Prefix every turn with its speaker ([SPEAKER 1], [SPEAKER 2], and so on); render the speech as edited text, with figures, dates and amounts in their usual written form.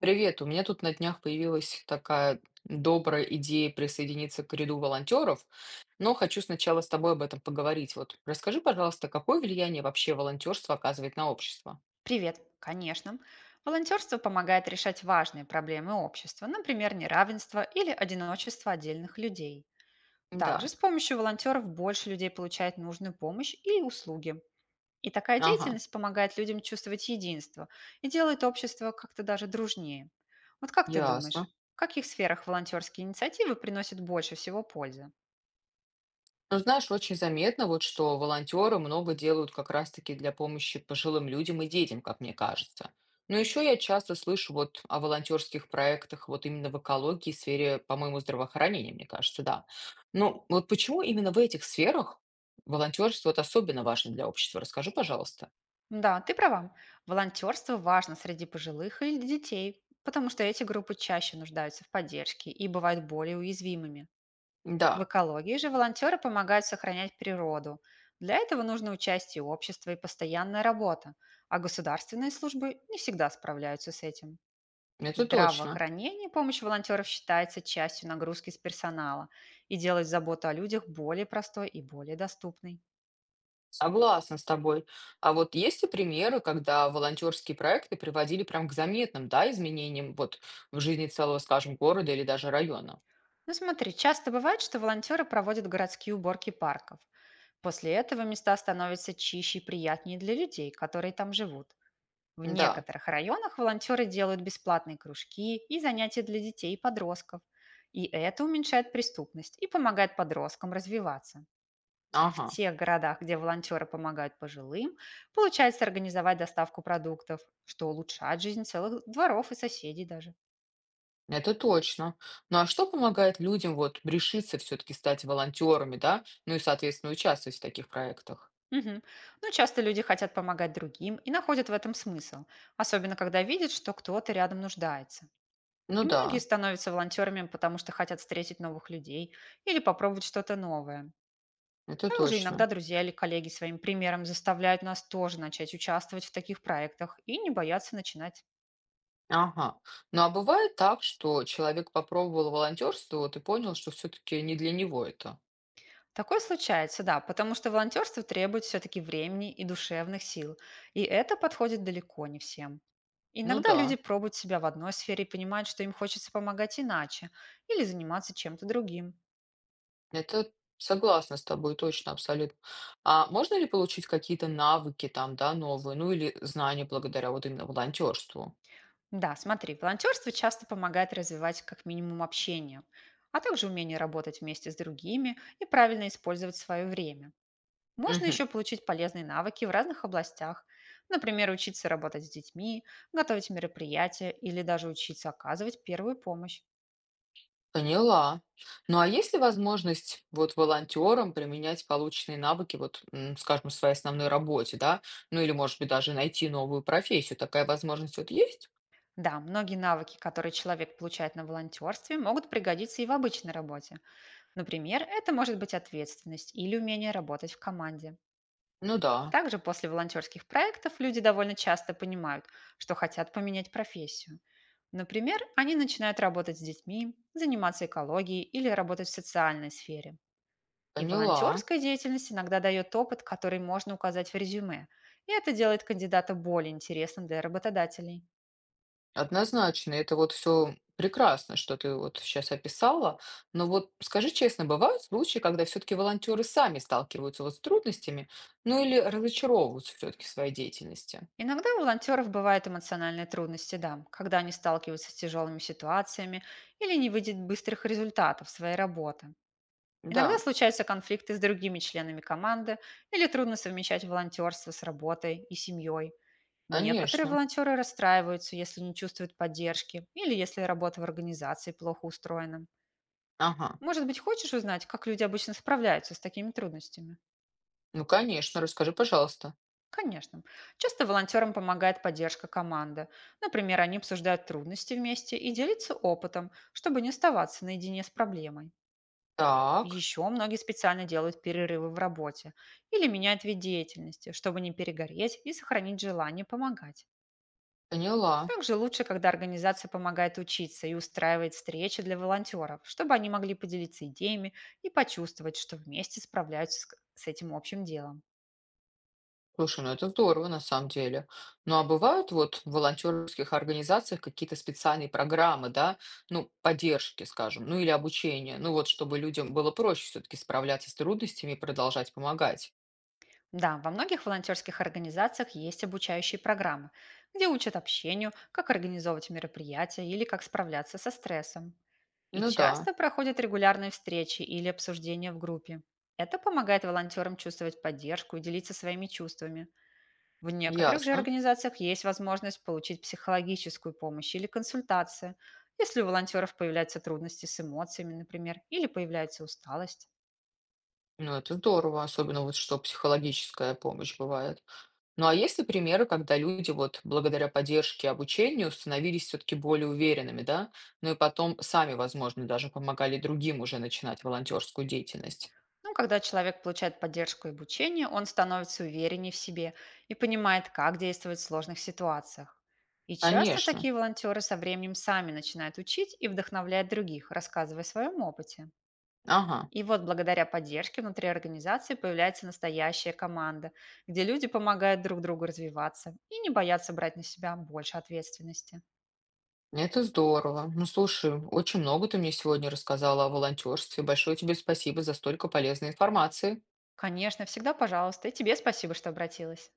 [SPEAKER 1] Привет, у меня тут на днях появилась такая добрая идея присоединиться к ряду волонтеров, но хочу сначала с тобой об этом поговорить. Вот расскажи, пожалуйста, какое влияние вообще волонтерство оказывает на общество?
[SPEAKER 2] Привет, конечно. Волонтерство помогает решать важные проблемы общества, например, неравенство или одиночество отдельных людей. Также
[SPEAKER 1] Да,
[SPEAKER 2] с помощью волонтеров больше людей получает нужную помощь и услуги. И такая
[SPEAKER 1] ага,
[SPEAKER 2] деятельность помогает людям чувствовать единство и делает общество как-то даже дружнее. Вот как ты думаешь,
[SPEAKER 1] ясно.
[SPEAKER 2] в каких сферах волонтерские инициативы приносят больше всего пользы?
[SPEAKER 1] Ну, знаешь, очень заметно, вот что волонтеры много делают как раз-таки для помощи пожилым людям и детям, как мне кажется. Но еще я часто слышу вот о волонтерских проектах вот именно в экологии, сфере, по-моему, здравоохранения, мне кажется, да. Но вот почему именно в этих сферах волонтерство вот особенно важно для общества? Расскажи, пожалуйста.
[SPEAKER 2] Да, ты права. Волонтерство важно среди пожилых и детей, потому что эти группы чаще нуждаются в поддержке и бывают более уязвимыми. В
[SPEAKER 1] Да,
[SPEAKER 2] экологии же волонтеры помогают сохранять природу. Для этого нужно участие общества и постоянная работа, а государственные службы не всегда справляются с этим. В
[SPEAKER 1] это точно.
[SPEAKER 2] здравоохранении помощь волонтеров считается частью нагрузки с персонала и делает заботу о людях более простой и более доступной.
[SPEAKER 1] Согласна с тобой. А вот есть ли примеры, когда волонтерские проекты приводили прям к заметным, да, изменениям вот в жизни целого, скажем, города или даже района?
[SPEAKER 2] Ну смотри, часто бывает, что волонтеры проводят городские уборки парков После Этого места становятся чище и приятнее для людей, которые там живут. В
[SPEAKER 1] Да,
[SPEAKER 2] некоторых районах волонтеры делают бесплатные кружки и занятия для детей и подростков. И это уменьшает преступность и помогает подросткам развиваться. А в
[SPEAKER 1] ага,
[SPEAKER 2] тех городах, где волонтеры помогают пожилым, получается организовать доставку продуктов, что улучшает жизнь целых дворов и соседей даже.
[SPEAKER 1] это точно. Ну а что помогает людям вот решиться все-таки стать волонтерами, да, ну и, соответственно, участвовать в таких проектах?
[SPEAKER 2] Мгм. Но часто люди хотят помогать другим и находят в этом смысл, особенно когда видят, что кто-то рядом нуждается.
[SPEAKER 1] Ну
[SPEAKER 2] И многие
[SPEAKER 1] да,
[SPEAKER 2] становятся волонтерами, потому что хотят встретить новых людей или попробовать что-то новое.
[SPEAKER 1] это
[SPEAKER 2] Также иногда
[SPEAKER 1] точно.
[SPEAKER 2] друзья или коллеги своим примером заставляют нас тоже начать участвовать в таких проектах и не бояться начинать.
[SPEAKER 1] Ага. Ну а бывает так, что человек попробовал волонтерство, вот и понял, что все-таки не для него это.
[SPEAKER 2] Такое случается, да, потому что волонтерство требует все-таки времени и душевных сил, и это подходит далеко не всем.
[SPEAKER 1] Ну
[SPEAKER 2] Иногда люди
[SPEAKER 1] да.
[SPEAKER 2] пробуют себя в одной сфере и понимают, что им хочется помогать иначе или заниматься чем-то другим.
[SPEAKER 1] Это согласна с тобой, точно, абсолютно. А можно ли получить какие-то навыки там, да, новые, ну или знания благодаря вот именно волонтерству?
[SPEAKER 2] Да, смотри, волонтерство часто помогает развивать как минимум общение, а также умение работать вместе с другими и правильно использовать свое время. Можно
[SPEAKER 1] Мгм.
[SPEAKER 2] еще получить полезные навыки в разных областях, например, учиться работать с детьми, готовить мероприятия или даже учиться оказывать первую помощь.
[SPEAKER 1] Поняла. Ну а есть ли возможность вот волонтерам применять полученные навыки, вот, м, скажем, в своей основной работе, да? Ну или, может быть, даже найти новую профессию. Такая возможность вот есть?
[SPEAKER 2] Да, многие навыки, которые человек получает на волонтерстве, могут пригодиться и в обычной работе. Например, это может быть ответственность или умение работать в команде.
[SPEAKER 1] Ну да,
[SPEAKER 2] Также после волонтерских проектов люди довольно часто понимают, что хотят поменять профессию. Например, они начинают работать с детьми, заниматься экологией или работать в социальной сфере. И
[SPEAKER 1] поняла.
[SPEAKER 2] волонтерская деятельность иногда дает опыт, который можно указать в резюме. И это делает кандидата более интересным для работодателей.
[SPEAKER 1] Однозначно, это вот все прекрасно, что ты вот сейчас описала. Но вот скажи честно, бывают случаи, когда все-таки волонтеры сами сталкиваются вот с трудностями, ну или разочаровываются все-таки в своей деятельности?
[SPEAKER 2] Иногда у волонтеров бывают эмоциональные трудности, да, когда они сталкиваются с тяжелыми ситуациями или не видят быстрых результатов своей работы. Иногда
[SPEAKER 1] Да,
[SPEAKER 2] случаются конфликты с другими членами команды или трудно совмещать волонтерство с работой и семьей. Некоторые
[SPEAKER 1] конечно.
[SPEAKER 2] волонтеры расстраиваются, если не чувствуют поддержки или если работа в организации плохо устроена.
[SPEAKER 1] Ага.
[SPEAKER 2] Может быть, хочешь узнать, как люди обычно справляются с такими трудностями?
[SPEAKER 1] Ну, конечно, расскажи, пожалуйста.
[SPEAKER 2] Конечно. Часто волонтерам помогает поддержка команды. Например, они обсуждают трудности вместе и делятся опытом, чтобы не оставаться наедине с проблемой.
[SPEAKER 1] Так,
[SPEAKER 2] Еще многие специально делают перерывы в работе или меняют вид деятельности, чтобы не перегореть и сохранить желание помогать.
[SPEAKER 1] поняла.
[SPEAKER 2] Также лучше, когда организация помогает учиться и устраивает встречи для волонтеров, чтобы они могли поделиться идеями и почувствовать, что вместе справляются с этим общим делом.
[SPEAKER 1] Слушай, ну это здорово на самом деле. Ну а бывают вот в волонтерских организациях какие-то специальные программы, да, ну, поддержки, скажем, ну или обучения, ну вот чтобы людям было проще все-таки справляться с трудностями и продолжать помогать.
[SPEAKER 2] Да, во многих волонтерских организациях есть обучающие программы, где учат общению, как организовывать мероприятия или как справляться со стрессом. И
[SPEAKER 1] Ну да,
[SPEAKER 2] часто проходят регулярные встречи или обсуждения в группе. Это помогает волонтерам чувствовать поддержку и делиться своими чувствами. В некоторых же
[SPEAKER 1] ясно.
[SPEAKER 2] организациях есть возможность получить психологическую помощь или консультации, если у волонтеров появляются трудности с эмоциями, например, или появляется усталость.
[SPEAKER 1] Ну это здорово, особенно вот что психологическая помощь бывает. Ну а есть ли примеры, когда люди вот благодаря поддержке и обучению становились все-таки более уверенными, да, ну и потом сами, возможно, даже помогали другим уже начинать волонтерскую деятельность?
[SPEAKER 2] Ну, когда человек получает поддержку и обучение, он становится увереннее в себе и понимает, как действовать в сложных ситуациях. И часто
[SPEAKER 1] Конечно.
[SPEAKER 2] такие волонтеры со временем сами начинают учить и вдохновлять других, рассказывая о своем опыте.
[SPEAKER 1] Ага.
[SPEAKER 2] И вот благодаря поддержке внутри организации появляется настоящая команда, где люди помогают друг другу развиваться и не боятся брать на себя больше ответственности.
[SPEAKER 1] Это здорово. Ну, слушай, очень много ты мне сегодня рассказала о волонтерстве. Большое тебе спасибо за столько полезной информации.
[SPEAKER 2] Конечно, всегда пожалуйста. И тебе спасибо, что обратилась.